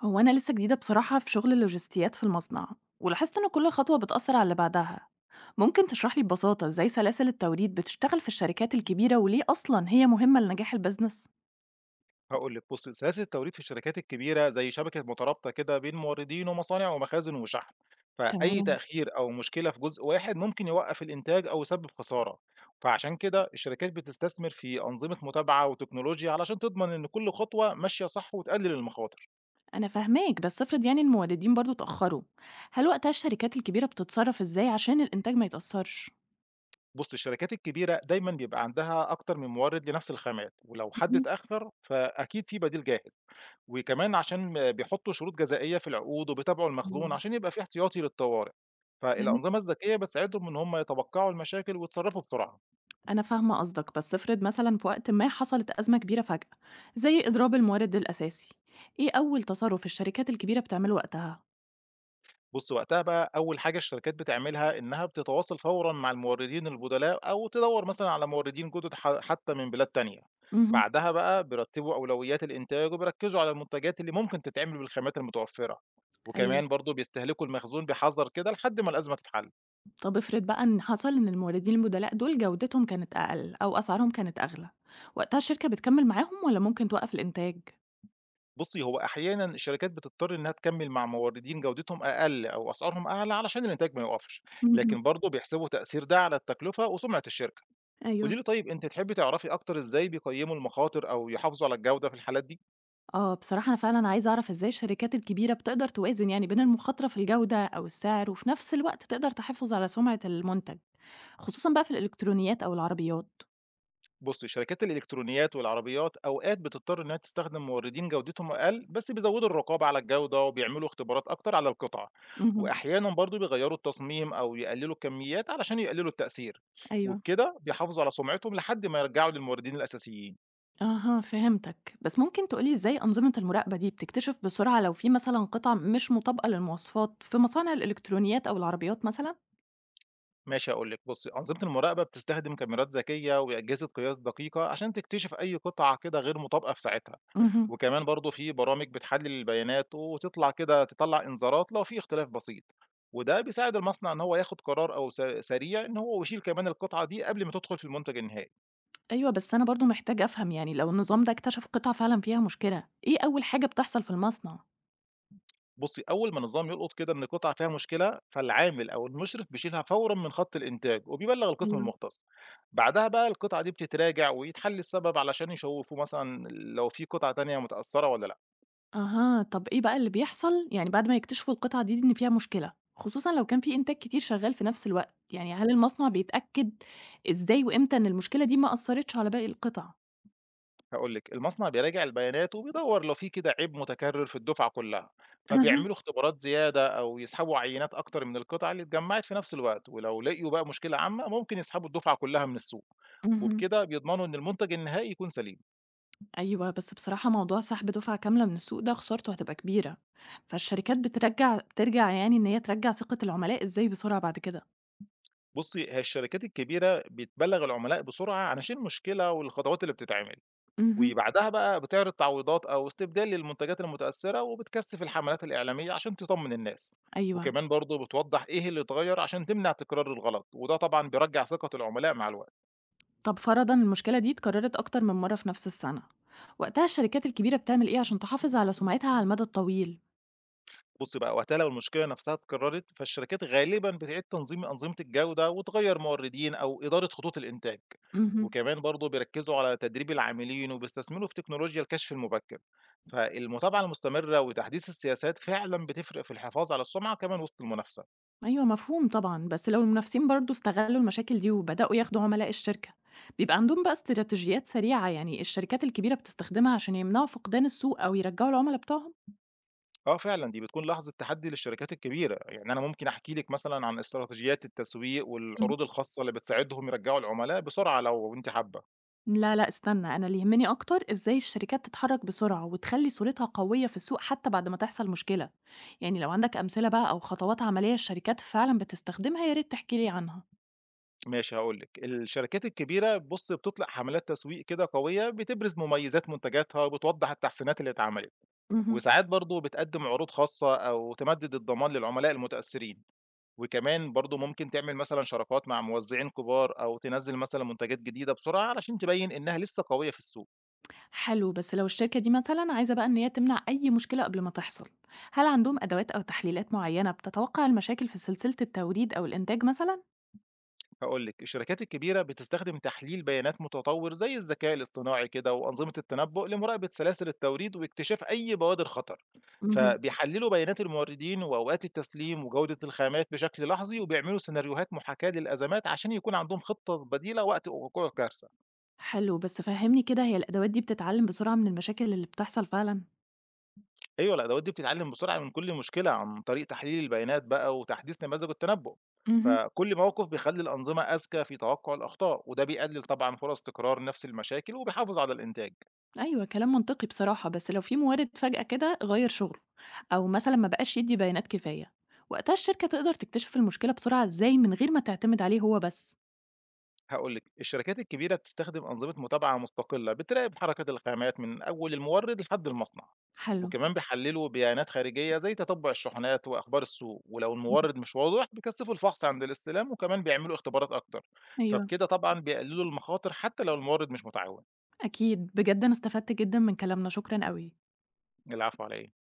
هو أنا لسه جديدة بصراحة في شغل اللوجستيات في المصنع، ولاحظت إن كل خطوة بتأثر على اللي بعدها. ممكن تشرح لي ببساطة إزاي سلاسل التوريد بتشتغل في الشركات الكبيرة وليه أصلا هي مهمة لنجاح البزنس؟ هاقول لِك بُصّي، سلاسل التوريد في الشركات الكبيرة زي شبكة مترابطة كده بين موردين ومصانع ومخازن وشحن، فأي تمام. تأخير أو مشكلة في جزء واحد ممكن يوقّف الإنتاج أو يسبب خسارة، فعشان كده الشركات بتستثمر في أنظمة متابعة وتكنولوجيا علشان تضمن إن كل خطوة ماشية صح وتقلل المخاطر. أنا فاهماك، بس افرض الموردين برضو اتأخروا، هل وقتها الشركات الكبيرة بتتصرف إزاي عشان الإنتاج ما يتأثرش؟ بُصّ، الشركات الكبيرة دايمًا بيبقى عندها أكتر من مورد لنفس الخامات، ولو حد مهم. اتأخر فأكيد في بديل جاهز. وكمان عشان بيحطّوا شروط جزائية في العقود، وبيتابعوا المخزون مم. عشان يبقى في احتياطي للطوارئ. فهمت. فالأنظمة الذكية بتساعدهم إن هم يتوقّعوا المشاكل ويتصرّفوا بسرعة. أنا فاهمة قصدك، بس افرض مثلا في وقت ما حصلت أزمة كبيرة فجأة، زي إضراب المورد الأساسي، إيه أول تصرف الشركات الكبيرة بتعمله وقتها؟ بُص، وقتها بقى أول حاجة الشركات بتعملها إنها بتتواصل فورًا مع الموردين البُدلاء أو تدوّر مثلًا على موردين جُدد حتّى من بلاد تانية. بعدها بقى بيرتّبوا أولويات الإنتاج وبيركّزوا على المنتجات اللي ممكن تتعمل بالخامات المتوفّرة. أيوه. وكمان برضه بيستهلكوا المخزون بحذر كده لحد ما الأزمة تتحل. طب افرض بقى إن حصل إن الموردين البدلاء دول جودتهم كانت أقل أو أسعارهم كانت أغلى، وقتها الشركة بتكمّل معاهم والّا ممكن توقّف الإنتاج؟ بُصّي، هو أحيانًا الشركات بتضطر إنها تكمّل مع موردين جودتهم أقل أو أسعارهم أعلى علشان الإنتاج ما يوقفش، اهم، لكن برضه بيحسبوا تأثير ده على التكلفة وسمعة الشركة. أيوه. قولي لي طيب أنتِ تحبي تعرفي أكتر إزاي بيقيّموا المخاطر أو يحافظوا على الجودة في الحالات دي؟ آه، بصراحة أنا فعلًا عايزة أعرف إزاي الشركات الكبيرة بتقدر توازن بين المخاطرة في الجودة أو السعر، وفي نفس الوقت تقدر تحافظ على سمعة المنتج، خصوصًا بقى في الإلكترونيات أو العربيات. بُصّي، شركات الإلكترونيات والعربيات أوقات بتضطر إنها تستخدم موردين جودتهم أقل، بس بيزودوا الرقابة على الجودة وبيعملوا اختبارات أكتر على القطع، اهم، وأحيانًا برضه بيغيّروا التصميم أو يقللوا الكميات علشان يقللوا التأثير، أيوه. وبكده بيحافظوا على سمعتهم لحد ما يرجعوا للموردين الأساسيين. أها، فهمتك. بس ممكن تقولي إزاي أنظمة المراقبة دي بتكتشف بسرعة لو في مثلا قطع مش مطابقة للمواصفات في مصانع الإلكترونيات أو العربيات مثلا؟ ماشي هاقول لِك، بُصّي، أنظمة المراقبة بتستخدم كاميرات ذكية وأجهزة قياس دقيقة عشان تكتشف أي قطعة كده غير مطابقة في ساعتها. مهم. وكمان برضه في برامج بتحلل البيانات وتطلع كده تطلع إنذارات لو في اختلاف بسيط، وده بيساعد المصنع ان هو ياخد قرار او سريع ان هو يشيل كمان القطعه دي قبل ما تدخل في المنتج النهائي. أيوة، بس أنا برضو محتاجة أفهم، لو النظام ده اكتشف قطع فعلا فيها مشكلة، إيه أول حاجة بتحصل في المصنع؟ بصي اول ما النظام يلقط كده ان القطعه فيها مشكله، فالعامل او المشرف بيشيلها فورا من خط الانتاج وبيبلغ القسم ايوه. المختص. بعدها بقى القطعه دي بتتراجع ويتحل السبب علشان يشوفوا مثلا لو في قطعه تانية متاثره ولا لا. أها، طب إيه بقى اللي بيحصل بعد ما يكتشفوا القطعة دي إن فيها مشكلة؟ خصوصا لو كان في إنتاج كتير شغال في نفس الوقت، هل المصنع بيتأكد إزاي وإمتى إن المشكلة دي ما أثرتش على باقي القطع؟ هاقول لِك، المصنع بيراجع البيانات وبيدوّر لو في كده عيب متكرر في الدفعة كلّها، أها. فبيعملوا اختبارات زيادة أو يسحبوا عينات أكتر من القطع اللي اتجمّعت في نفس الوقت، ولو لقيوا بقى مشكلة عامة ممكن يسحبوا الدفعة كلّها من السوق، مهم. وبكده بيضمنوا إن المنتج النهائي يكون سليم. أيوه، بس بصراحة موضوع سحب دُفعة كاملة من السوق ده خسارته هتبقى كبيرة، فالشركات بترجع إن هي ترجّع ثقة العملاء إزاي بسرعة بعد كده؟ بُصّي، هي الشركات الكبيرة بتبلّغ العملاء بسرعة عشان المشكلة والخطوات اللي بتتعمل. اهم، وبعدها بقى بتعرض تعويضات أو استبدال للمنتجات المتأثرة وبتكثف الحملات الإعلامية عشان تطمن الناس، أيوه. وكمان برضه بتوضح إيه اللي اتغير عشان تمنع تكرار الغلط، وده طبعا بيرجع ثقة العملاء مع الوقت. طب فرضًا المشكلة دي اتكررت أكتر من مرّة في نفس السنة، وقتها الشركات الكبيرة بتعمل إيه عشان تحافظ على سمعتها على المدى الطويل؟ بص بقى وقتها لو المشكلة نفسها اتكررت فالشركات غالبا بتعيد تنظيم أنظمة الجودة وتغير موردين أو إدارة خطوط الإنتاج، اهم، وكمان برضه بيركزوا على تدريب العاملين وبيستثمروا في تكنولوجيا الكشف المبكر. فالمتابعة المستمرة وتحديث السياسات فعلا بتفرق في الحفاظ على السمعة كمان وسط المنافسة. أيوه، مفهوم طبعًا. بس لو المنافسين برضه استغلّوا المشاكل دي وبدأوا ياخدوا عملاء الشركة، بيبقى عندهم بقى استراتيجيات سريعة الشركات الكبيرة بتستخدمها عشان يمنعوا فقدان السوق أو يرجّعوا العملا بتوعهم؟ آه فعلًا، دي بتكون لحظة تحدّي للشركات الكبيرة، يعني أنا ممكن أحكي لِك مثلًا عن استراتيجيات التسويق والعروض الخاصة اللي بتساعدهم يرجّعوا العملاء بسرعة لو أنتِ حابة. لا لأ، استنى، أنا اللي يهمني أكتر إزاي الشركات تتحرك بسرعة وتخلّي صورتها قوية في السوق حتى بعد ما تحصل مشكلة، لو عندك أمثلة بقى أو خطوات عملية الشركات فعلًا بتستخدمها يا ريت تحكي لي عنها. ماشي هاقول لِك، الشركات الكبيرة بُصّي بتطلق حملات تسويق كده قوية بتبرز مميزات منتجاتها وبتوضّح التحسينات اللي اتعملت، اهم. وساعات برضه بتقدّم عروض خاصة أو تمدّد الضمان للعملاء المتأثّرين، وكمان برضه ممكن تعمل مثلًا شراكات مع موزّعين كبار أو تنزّل مثلًا منتجات جديدة بسرعة علشان تبيّن إنها لسه قوية في السوق. حلو، بس لو الشركة دي مثلًا عايزة بقى إن هي تمنع أي مشكلة قبل ما تحصل، هل عندهم أدوات أو تحليلات معينة بتتوقع المشاكل في سلسلة التوريد أو الإنتاج مثلًا؟ هاقول لِك، الشركات الكبيرة بتستخدم تحليل بيانات متطور زي الذكاء الاصطناعي كده وأنظمة التنبؤ لمراقبة سلاسل التوريد واكتشاف أي بوادر خطر، اهم. فبيحللوا بيانات الموردين وأوقات التسليم وجودة الخامات بشكل لحظي، وبيعملوا سيناريوهات محاكاة للأزمات عشان يكون عندهم خطة بديلة وقت وقوع كارثة. حلو، بس فهّمني كده، هي الأدوات دي بتتعلم بسرعة من المشاكل اللي بتحصل فعلًا؟ أيوه الأدوات دي بتتعلم بسرعة من كل مشكلة عن طريق تحليل البيانات بقى وتحديث نماذج التنبؤ، مهم. فكل موقف بيخلي الأنظمة أذكى في توقع الأخطاء، وده بيقلل طبعًا فرص تكرار نفس المشاكل وبيحافظ على الإنتاج. أيوه، كلام منطقي بصراحة. بس لو في مورد فجأة كده غير شغله أو مثلا ما بقاش يدي بيانات كفاية، وقتها الشركة تقدر تكتشف المشكلة بسرعة إزاي من غير ما تعتمد عليه هو بس؟ هاقول لِك، الشركات الكبيرة بتستخدم أنظمة متابعة مستقلة بتراقب حركات الخامات من أول المورد لحد المصنع، حلو. وكمان بيحللوا بيانات خارجية زي تتبع الشحنات وأخبار السوق، ولو المورد مش واضح بيكثفوا الفحص عند الاستلام وكمان بيعملوا اختبارات أكتر، أيوه، فبكده طبعًا بيقللوا المخاطر حتى لو المورد مش متعاون. أكيد. بجد أنا استفدت جدا من كلامنا، شكرا قوي. العفو على إيه؟